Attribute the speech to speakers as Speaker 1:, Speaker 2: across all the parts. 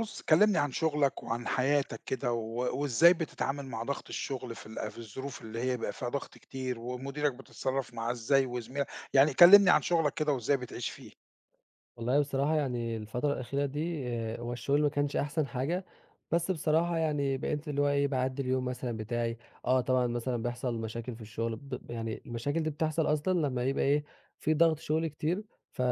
Speaker 1: بُص، كلّمني عن شغلك وعن حياتك كده، وإزاي بتتعامل مع ضغط الشغل في في الظروف اللي هي بيبقى فيها ضغط كتير، ومديرك بتتصرّف معاه إزاي وزميلك. يعني كلّمني عن شغلك كده وإزاي بتعيش فيه.
Speaker 2: والله بصراحة يعني الفترة الأخيرة دي هو الشغل ما كانش أحسن حاجة. بس بصراحة يعني بقيت اللي هو إيه، باعدّي اليوم مثلًا بتاعي. آه، طبعًا مثلًا بيحصل مشاكل في الشغل يعني المشاكل دي بتحصل أصلًا لمّا يبقى إيه، في ضغط شغل كتير. فا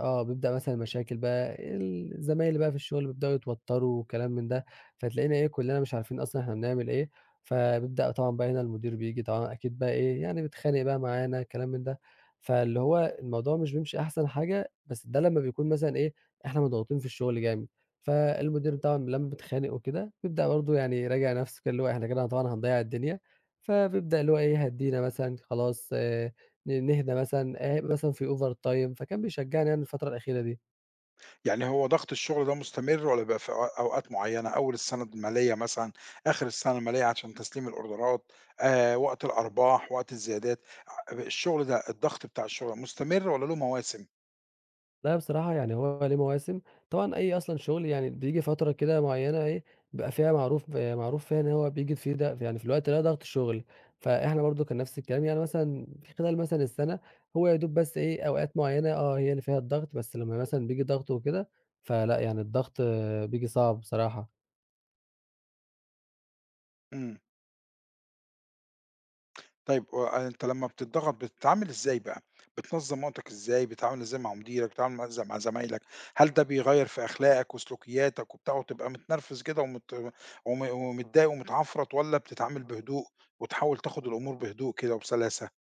Speaker 2: آه، بيبدأ مثلًا مشاكل بقى الزمايل بقى في الشغل بيبدأوا يتوتّروا وكلام من ده، فتلاقينا إيه، كُلّنا مش عارفين أصلًا إحنا بنعمل إيه. فبيبدأ طبعًا بقى هنا المدير بييجي طبعًا أكيد بقى إيه، يعني بيتخانق بقى معانا كلام من ده. فاللي هو الموضوع مش بيمشي أحسن حاجة. بس ده لمّا بيكون مثلًا إيه، إحنا مضغوطين في الشغل جامد. فالمدير طبعًا لمّا بيتخانق وكده، بيبدأ برضه يعني يراجع نفسه كده، اللي هو إحنا كده طبعًا هنضيّع الدنيا. فبيبدأ اللي هو إيه، هدّينا مثلًا خلاص، ن نهدى مثلًا، هيبقى مثلًا في overtime، فكان بيشجعني يعني الفترة الأخيرة دي.
Speaker 1: يعني هو ضغط الشغل ده مستمر والّا بيبقى في أو أوقات معيّنة، أول السنة المالية مثلًا، آخر السنة المالية عشان تسليم الأوردرات، وقت الأرباح، وقت الزيادات، ع الشغل ده الضغط بتاع الشغل مستمر والّا له مواسم؟
Speaker 2: لأ بصراحة يعني هو ليه مواسم. طبعًا أي أصلًا شغل يعني بييجي فترة كده معيّنة، إيه، بيبقى فيها معروف، آه، معروف فيها إن هو بييجي في ده يعني في الوقت ده ضغط شغل. فإحنا برضه كان نفس الكلام، يعني مثلًا في خلال مثلًا السنة هو يا دوب بس إيه أوقات معيّنة آه هي اللي فيها الضغط. بس لمّا مثلًا بييجي ضغط وكده، فلأ يعني الضغط بييجي صعب بصراحة.
Speaker 1: إمم. طيب و أنت لمّا بتتضغط بتتعامل إزاي بقى؟ بتنظّم وقتك إزاي، بتتعامل إزاي مع مديرك، بتتعامل مع زمايلك، هل ده بيغيّر في أخلاقك وسلوكياتك وبتاع وتبقى متنرفز كده ومتضايق ومتعفرط والّا بتتعامل بهدوء وتحاول تاخد الأمور بهدوء كده وبسلاسة؟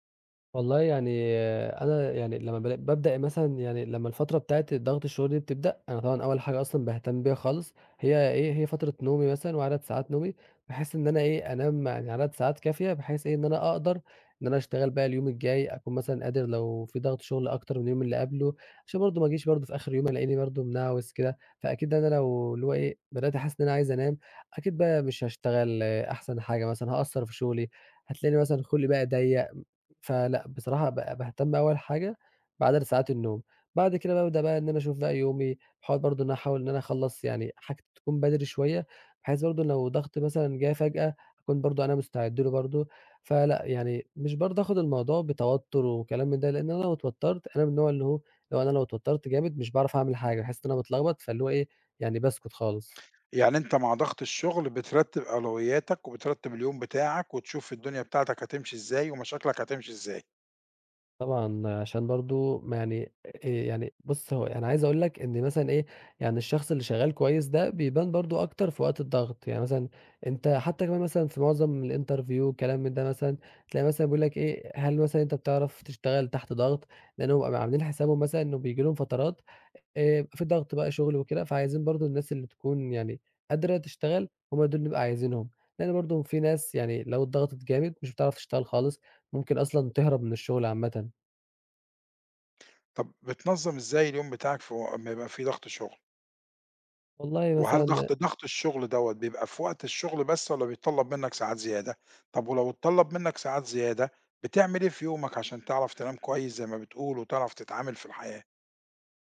Speaker 2: والله يعني آه، أنا يعني لمّا بابدأ مثلًا، يعني لمّا الفترة بتاعة ضغط الشغل دي بتبدأ، أنا طبعًا أول حاجة أصلًا باهتم بيها خالص هي إيه، هي فترة نومي مثلًا وعدد ساعات نومي، بحيث إن أنا إيه، أنام يعني عدد ساعات كافية بحيث إيه، إن أنا أقدر إن أنا أشتغل بقى اليوم الجاي، أكون مثلًا قادر لو في ضغط شغل أكتر من اليوم اللي قبله، عشان برضه ما أجيش برضه في آخر يوم ألاقيني برضه منعوِس كده. فأكيد أنا لو اللي هو إيه، بدأت أحس إن أنا عايز أنام، أكيد بقى مش هاشتغل أحسن حاجة مثلًا، هاقصّر في شغلي، هتلاقيني مثلًا خُلقي بقى ضيّق. فلأ، بصراحة باهتم أول حاجة بعدد ساعات النوم. بعد كده بقى بابدأ بقى إن أنا أشوف بقى يومي، باحاول برضه إن أنا أخلّص يعني حاجتي تكون بدري شوية، بحيث برضه لو ضغط مثلًا جه فجأة، أكون برضه أنا مستعد له برضه. فلأ، يعني مش برضه آخُد الموضوع بتوتُّر وكلام من ده، لإن أنا لو اتوتّرت، أنا من النوع اللي هو لو اتوتّرت جامد مش باعرف أعمل حاجة، باحس إن أنا متلخبط، فاللي هو إيه، يعني باسكُت خالص.
Speaker 1: يعني أنت مع ضغط الشغل بترتّب أولوياتك وبترتّب اليوم بتاعك وتشوف الدنيا بتاعتك هتمشي إزاي ومشاكلك هتمشي إزاي.
Speaker 2: طبعًا، عشان برضه ما يعني يعني بُص، هو أنا عايز أقول لك إن مثلًا إيه، يعني الشخص اللي شغال كويس ده بيبان برضه أكتر في وقت الضغط. يعني مثلًا أنت حتى كمان مثلًا في معظم الinterview كلام من ده مثلًا، تلاقي مثلًا بيقول لك إيه، هل مثلًا أنت بتعرف تشتغل تحت ضغط؟ لأنهم بيبقوا عاملين حسابهم مثلًا إنه بييجي لهم فترات في ضغط بقى شغل وكده، فعايزين برضه الناس اللي تكون يعني قادرة تشتغل، هم دول نبقى عايزينهم. لأن برضه في ناس يعني لو اتضغطت جامد مش بتعرف تشتغل خالص، ممكن أصلًا تهرب من الشغل عامةً.
Speaker 1: طب بتنظّم إزاي اليوم بتاعك في و أمّا يبقى في ضغط شغل؟
Speaker 2: والله
Speaker 1: وهل
Speaker 2: مثلًا.
Speaker 1: ضغط الشغل دوّة بيبقى في وقت الشغل بس والّا بيتطلب منك ساعات زيادة؟ طب ولو اتطلب منك ساعات زيادة، بتعمل إيه في يومك عشان تعرف تنام كويس زي ما بتقول وتعرف تتعامل في الحياة؟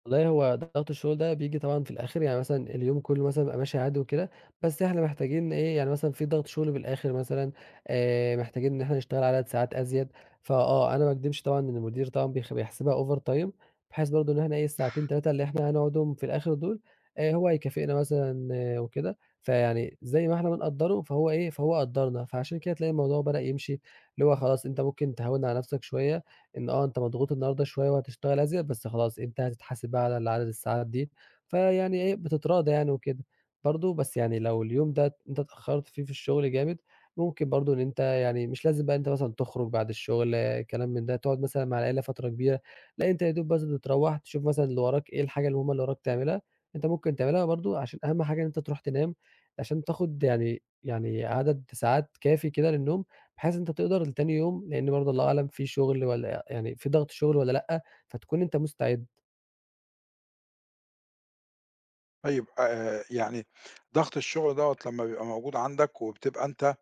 Speaker 2: والله هو ضغط الشغل ده بييجي طبعًا في الآخر، يعني مثلًا اليوم كلّه مثلًا بيبقى ماشي عادي وكده، بس إحنا محتاجين إيه، يعني مثلًا في ضغط شغل بالآخر مثلًا، محتاجين إن إحنا نشتغل عدد ساعات أزيد. فآه أنا ما اكدبش طبعًا إن المدير طبعًا بيحسبها over time، بحيث برضه إن إحنا إيه، الساعتين 3 اللي إحنا هنقعدهم في الآخر دول هو هيكافئنا مثلًا، آه وكده. فيعني زي ما إحنا بنقدّره، فهو إيه، فهو قدّرنا، فعشان كده تلاقي الموضوع بدأ يمشي، اللي هو خلاص أنت ممكن تهوّن على نفْسك شوية، إن آه، أنت مضغوط النهارده شوية وهتشتغل أزيد، بس خلاص أنت هتتحاسب بقى على عدد الساعات دي. فيعني إيه، بتتراضى يعني وكده. برضه بس يعني لو اليوم ده أنت اتأخرت فيه في الشغل جامد، ممكن برضه إن أنت يعني مش لازم بقى إن أنت مثلًا تخرج بعد الشغل، آه، كلام من ده، تقعد مثلًا مع العيلة فترة كبيرة. لأ أنت يا دوب بس بتروّح تشوف مثلًا اللي وراك إيه الحاجة المهمة اللي وراك تعملها، أنت ممكن تعملها برضه عشان أهم حاجة إن أنت تروح تنام، عشان تاخد يعني عدد ساعات كافي كده للنوم، بحيث أنت تقدر لتاني يوم، لإن برضه الله أعلم في شغل والّا يعني في ضغط شغل والّا لأ، فتكون أنت مستعد.
Speaker 1: طيب يعني ضغط الشغل دوّة لمّا بيبقى موجود عندك وبتبقى أنت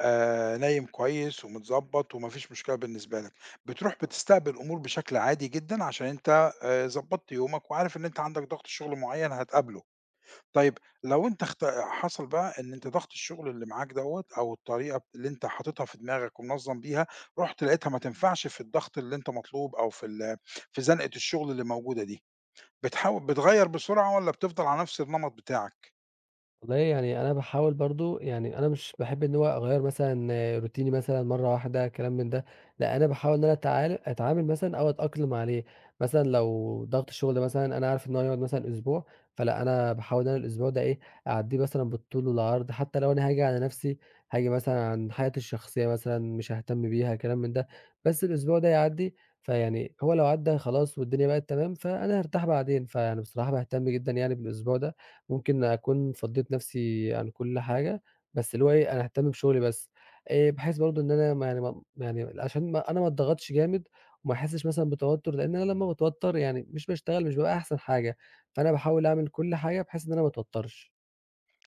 Speaker 1: نايم كويس ومتضبّط وما فيش مشكلة بالنسبة لك، بتروح بتستقبل الأمور بشكل عادي جدًا عشان أنت ضبّطت يومك وعارف إن أنت عندك ضغط شغل معيّن هتقابله. طيب لو أنت حصل بقى إن أنت ضغط الشغل اللي معاك دوّة أو الطريقة اللي أنت حاططها في دماغك ومنظّم بيها، رُحت لقيتها ما تنفعش في الضغط اللي أنت مطلوب أو في زنقة الشغل اللي موجودة دي، بتحاول بتغيّر بسرعة والّا بتفضل على نفس النمط بتاعك؟
Speaker 2: والله يعني أنا باحاول برضه، يعني أنا مش باحب إن هو أغيّر مثلًا آه، روتيني مثلًا مرّة واحدة كلام من ده. لأ أنا باحاول إن أنا أتعامل مثلًا أو أتأقلم عليه. مثلًا لو ضغط الشغل مثلًا أنا عارف إن هو هيقعد مثلًا أسبوع، فلأ أنا باحاول إن أنا الأسبوع ده إيه، أعدّيه مثلًا بالطول والعرض، حتى لو أنا هاجي على نَفْسي، هاجي مثلًا عن حياتي الشخصية مثلًا مش هاهتم بيها كلام من ده، بس الأسبوع ده يعدّي. فيعني هو لو عدّى خلاص والدنيا بقت تمام، فأنا هارتاح بعدين، فيعني بصراحة باهتم جدًا يعني بالأسبوع ده. ممكن أكون فضّيت نَفْسي عن كل حاجة، بس اللي هو إيه، أنا هاهتم بشغلي بس، بحيث برضه إن أنا ما يعني ما يعني عشان ما أنا ما اتضغطش جامد وما احسّش مثلًا بتوتُّر. لإن أنا لمّا باتوتّر يعني مش باشتغل، مش بابقى أحسن حاجة، فأنا باحاول أعمل كل حاجة بحيث إن أنا ما اتوتّرش.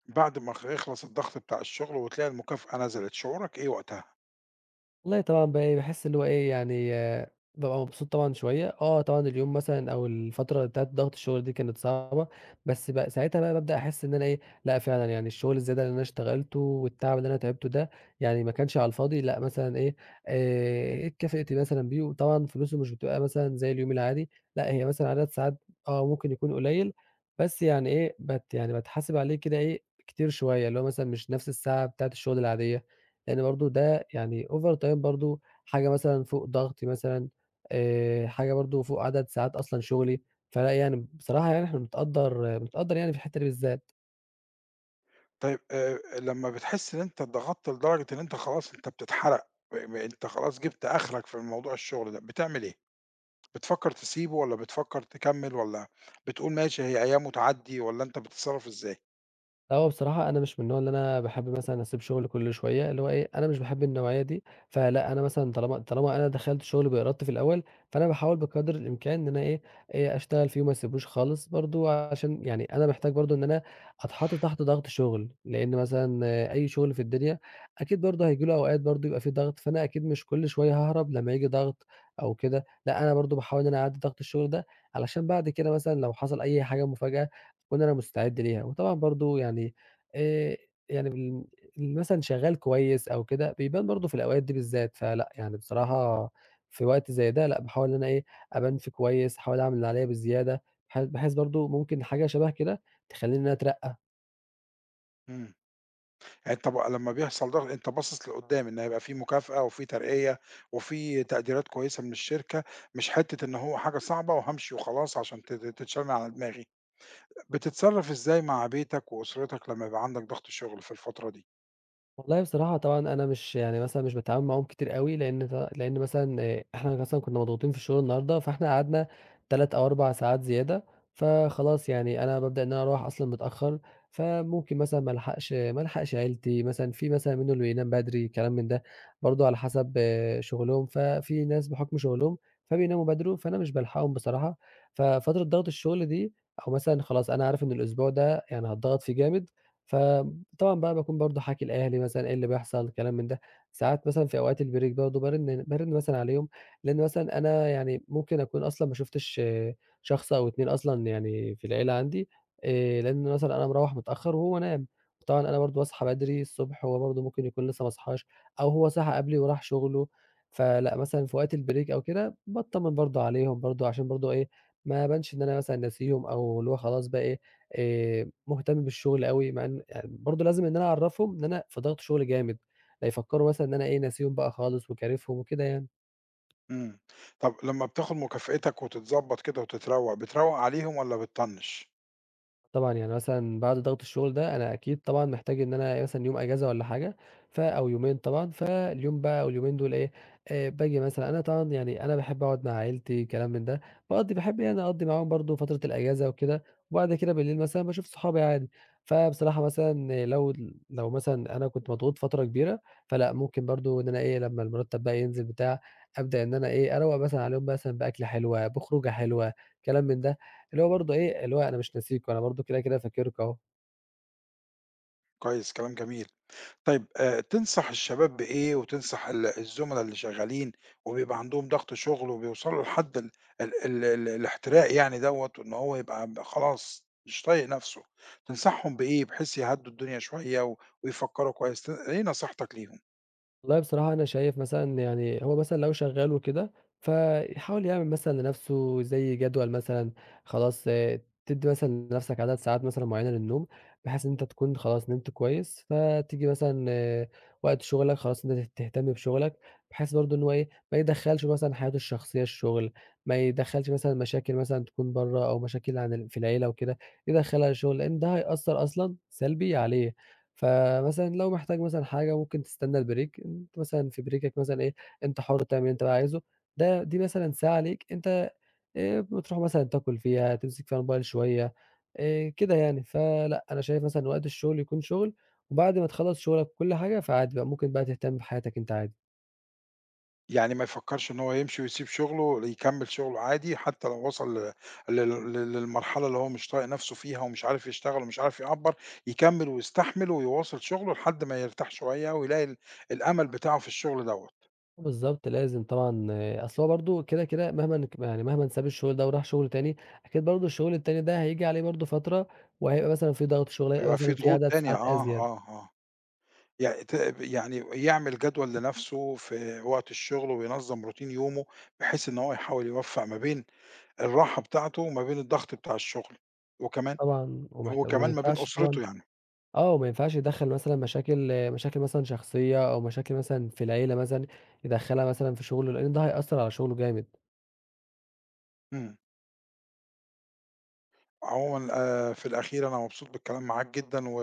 Speaker 1: بعد ما يخلص الضغط بتاع الشغل وتلاقي المكافأة نزلت، شعورك إيه وقتها؟
Speaker 2: والله طبعًا بقى إيه، باحس اللي هو إيه، يعني بابقى مبسوط طبعًا شوية. آه طبعًا اليوم مثلًا أو الفترة بتاعة ضغط الشغل دي كانت صعبة، بس بقى ساعتها بقى بابدأ أحس إن أنا إيه، لأ فعلًا يعني الشغل الزيادة اللي أنا اشتغلته والتعب اللي أنا تعبته ده، يعني ما كانش على الفاضي، لأ مثلًا إيه، اتكافئت مثلًا بيه. وطبعًا فلوسه مش بتبقى مثلًا زي اليوم العادي. لأ هي مثلًا عدد ساعات آه ممكن يكون قليل، بس يعني إيه، يعني باتحاسب عليه كده إيه، كتير شوية، اللي هو مثلًا مش نفس الساعة بتاعة الشغل العادية، لإن برضه ده يعني overtime برضه حاجة مثلًا فوق ضغطي مثلًا، حاجة برضه فوق عدد ساعات أصلًا شغلي. فلأ يعني بصراحة يعني إحنا بنتقدّر يعني في الحتّة دي بالذات.
Speaker 1: طيب لمّا بتحس إن أنت اتضغطت لدرجة إن أنت خلاص أنت بتتحرق، ب ب أنت خلاص جبت آخرك في موضوع الشغل ده، بتعمل إيه؟ بتفكّر تسيبه والّا بتفكّر تكمّل والّا بتقول ماشي هي أيام وتعدّي والّا أنت بتتصرّف إزاي؟
Speaker 2: لأ، هو بصراحة أنا مش من النوع اللي أنا باحب مثلًا أسيب شغل كل شوية، اللي هو إيه، أنا مش باحب النوعية دي. فلأ، أنا مثلًا طالما أنا دخلت شغل بإرادتي في الأول، فأنا باحاول بقدر الإمكان إن أنا إيه، أشتغل فيه وما أسيبوش خالص، برضه عشان يعني أنا محتاج برضه إن أنا أتحط تحت ضغط شغل، لإن مثلًا أي شغل في الدنيا أكيد برضه هييجي له أوقات برضه يبقى في ضغط. فأنا أكيد مش كل شوية هاهرب لمّا ييجي ضغط أو كده. لأ، أنا برضه باحاول إن أنا أعدّي ضغط الشغل ده علشان بعد كده مثلًا لو حصل أي حاجة مفاجأة، وإن أنا مستعد ليها. وطبعًا برضه يعني آآ، يعني بال اللي مثلًا شغال كويس أو كده بيبان برضه في الأوقات دي بالذات. فلأ يعني بصراحة في وقت زي ده لأ، باحاول إن أنا إيه، أبان فيه كويس، أحاول أعمل اللي عليَّ بزيادة، بحيث برضه ممكن حاجة شبه كده تخلّيني إن أنا أترقى.
Speaker 1: إمم. يعني أنت بقى لمّا بيحصل ضغط أنت باصص لقدّام إن هيبقى في مكافأة وفي ترقية وفي تقديرات كويسة من الشركة، مش حتّة إن هو حاجة صعبة وهامشي وخلاص عشان تتشال من على دماغي. بتتصرّف إزاي مع بيتك وأسرتك لمّا يبقى عندك ضغط شُغل في الفترة دي؟
Speaker 2: والله بصراحة طبعًا أنا مش يعني مثلًا مش باتعامل معاهم كتير أوي، لإن لإن مثلًا إحنا مثلًا كنا مضغوطين في الشغل النهارده، فإحنا قعدنا 3 أو 4 ساعات زيادة، فخلاص يعني أنا بابدأ إن أنا أروّح أصلًا متأخّر، فممكن مثلًا ما ألحقش عيلتي، مثلًا في مثلًا منهم اللي بينام بدري كلام من ده، برضه على حسب آه، شغلهم، ففي ناس بحكم شغلهم فبيناموا بدري، فأنا مش بالحقهم بصراحة. ففترة ضغط الشغل دي أو مثلًا خلاص أنا عارف إن الأسبوع ده يعني هاتضغط فيه جامد، ف طبعًا بقى باكون برضه حاكي لأهلي مثلًا إيه اللي بيحصل، كلام من ده. ساعات مثلًا في أوقات البريك برضه بارن مثلًا عليهم، لإن مثلًا أنا يعني ممكن أكون أصلًا ما شُفتش آه، شخص أو 2 أصلًا يعني في العيلة عندي، لإن مثلًا أنا مروّح متأخر وهو نام، وطبعًا أنا برضه باصحى بدري الصبح، هو برضه ممكن يكون لسه ما صحاش، أو هو صحى قبلي وراح شغله. فلأ مثلًا في وقت البريك أو كده باتطمن برضه عليهم برضه عشان برضه إيه، ما أبانش إن أنا مثلًا ناسيهم أو اللي هو خلاص بقى إيه، مهتم بالشغل أوي، مع إن يعني برضه لازم إن أنا أعرّفهم إن أنا في ضغط شغل جامد، لا يفكّروا مثلًا إن أنا إيه، ناسيهم بقى خالص وكارفهم وكده يعني.
Speaker 1: إمم. طب لمّا بتاخُد مكافأتك وتتضبّط كده وتتروّق، بتروّق عليهم والّا بتطنّش؟
Speaker 2: طبعًا، يعني مثلًا بعد ضغط الشغل ده أنا أكيد طبعًا محتاج إن أنا مثلًا يوم أجازة والّا حاجة، أو يومين طبعًا، فاليوم بقى أو اليومين دول إيه، باجي مثلًا، أنا طبعًا يعني أنا باحب أقعد مع عيلتي كلام من ده، باحب يعني أقضّي معاهم برضه فترة الأجازة وكده، وبعد كده بالليل مثلًا باشوف صحابي عادي. فبصراحة مثلًا لو مثلًا أنا كنت مضغوط فترة كبيرة، فلأ ممكن برضه إن أنا إيه، لمّا المرتب بقى ينزل بتاع، أبدأ إن أنا إيه، أروّق مثلًا عليهم مثلًا بأكلة حلوة، بخروجة حلوة، كلام من ده. اللي هو برضه إيه، اللي هو أنا مش ناسيك وأنا برضه كده، كده فاكرك أهو.
Speaker 1: كويس، كلام جميل. طيب تنصح الشباب بإيه وتنصح الزُملا اللي شغّالين وبيبقى عندهم ضغط شُغل وبيوصلوا لحد ال ال ال ال الاحتراق يعني دوّة وإن هو يبقى خلاص مش طايق نَفْسه، تنصحهم بإيه بحيث يهدّوا الدنيا شوية ويفكّروا كويس؟ إيه نصيحتك ليهم؟
Speaker 2: والله بصراحة أنا شايف مثلًا يعني هو مثلًا لو شغّال وكده، فيحاول يعمل مثلًا لنَفْسه زي جدول مثلًا، خلاص آه، تدّي مثلًا لنَفْسك عدد ساعات مثلًا معيّنة للنوم، بحيث إن أنت تكون خلاص نمت كويس، فتيجي مثلًا آه، وقت شُغلك خلاص أنت تهتم بشُغلك، بحيث برضه إن هو إيه، ما يدخّلش مثلًا حياته الشخصية الشُغل، ما يدخّلش مثلًا مشاكل مثلًا تكون برّه أو مشاكل عن في العيلة وكده، يدخّلها الشُغل، لإن ده هيأثّر أصلًا سلبي عليه. فمثلًا لو محتاج مثلًا حاجة ممكن تستنى البريك، أنت مثلًا في بريكك مثلًا إيه، أنت حُر تعمل اللي أنت بقى عايزه. دي مثلًا ساعة ليك أنت، بتروح مثلًا تاكل فيها، تمسك فيها الموبايل شوية، كده يعني. فلأ، أنا شايف مثلًا وقت الشغل يكون شغل، وبعد ما تخلّص شغلك وكل حاجة، فعادي بقى ممكن بقى تهتم بحياتك أنت عادي.
Speaker 1: يعني ما يفكّرش إن هو يمشي ويسيب شُغله، يكمّل شُغله عادي حتى لو وصل ل لل لل للمرحلة اللي هو مش طايق نَفْسه فيها ومش عارف يشتغل ومش عارف يعبّر، يكمّل ويستحمل ويواصل شُغله لحد ما يرتاح شوية ويلاقي الأمل بتاعه في الشُغل دوّة،
Speaker 2: بالضبط، لازم طبعًا آه، أصل هو برضه كده، كده مهمًا ك يعني مهمًا ساب الشغل ده وراح شغل تاني، أكيد برضه الشغل التاني ده هييجي عليه برضه فترة، وهيبقى مثلًا في ضغط شغل، هيبقى
Speaker 1: بيبقى في
Speaker 2: مثلًا في
Speaker 1: ضغوط
Speaker 2: عدد
Speaker 1: تانية
Speaker 2: ساعات
Speaker 1: آه،
Speaker 2: أزيد.
Speaker 1: آه، آه. يع ت يعني يعمل جدول لنَفْسه في وقت الشُغل وينظّم روتين يومه، بحيث إن هو يحاول يوفّق ما بين الراحة بتاعته وما بين الضغط بتاع الشُغل، وكمان
Speaker 2: طبعًا وما
Speaker 1: وكمان ما بين
Speaker 2: ينفعش طبعًا
Speaker 1: أسرته يعني.
Speaker 2: آه، وما ينفعش يدخّل مثلًا مشاكل مثلًا شخصية أو مشاكل مثلًا في العيلة مثلًا، يدخّلها مثلًا في شغله، لإن ده هيأثّر على شغله جامد.
Speaker 1: إمم. عمومًا في الأخير أنا مبسوط بالكلام معاك جدًا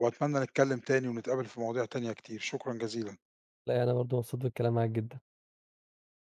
Speaker 1: وأتمنى نتكلّم تاني ونتقابل في مواضيع تانية كتير، شكرًا جزيلًا.
Speaker 2: لا، يعني أنا برضه مبسوط بالكلام معاك جدًا.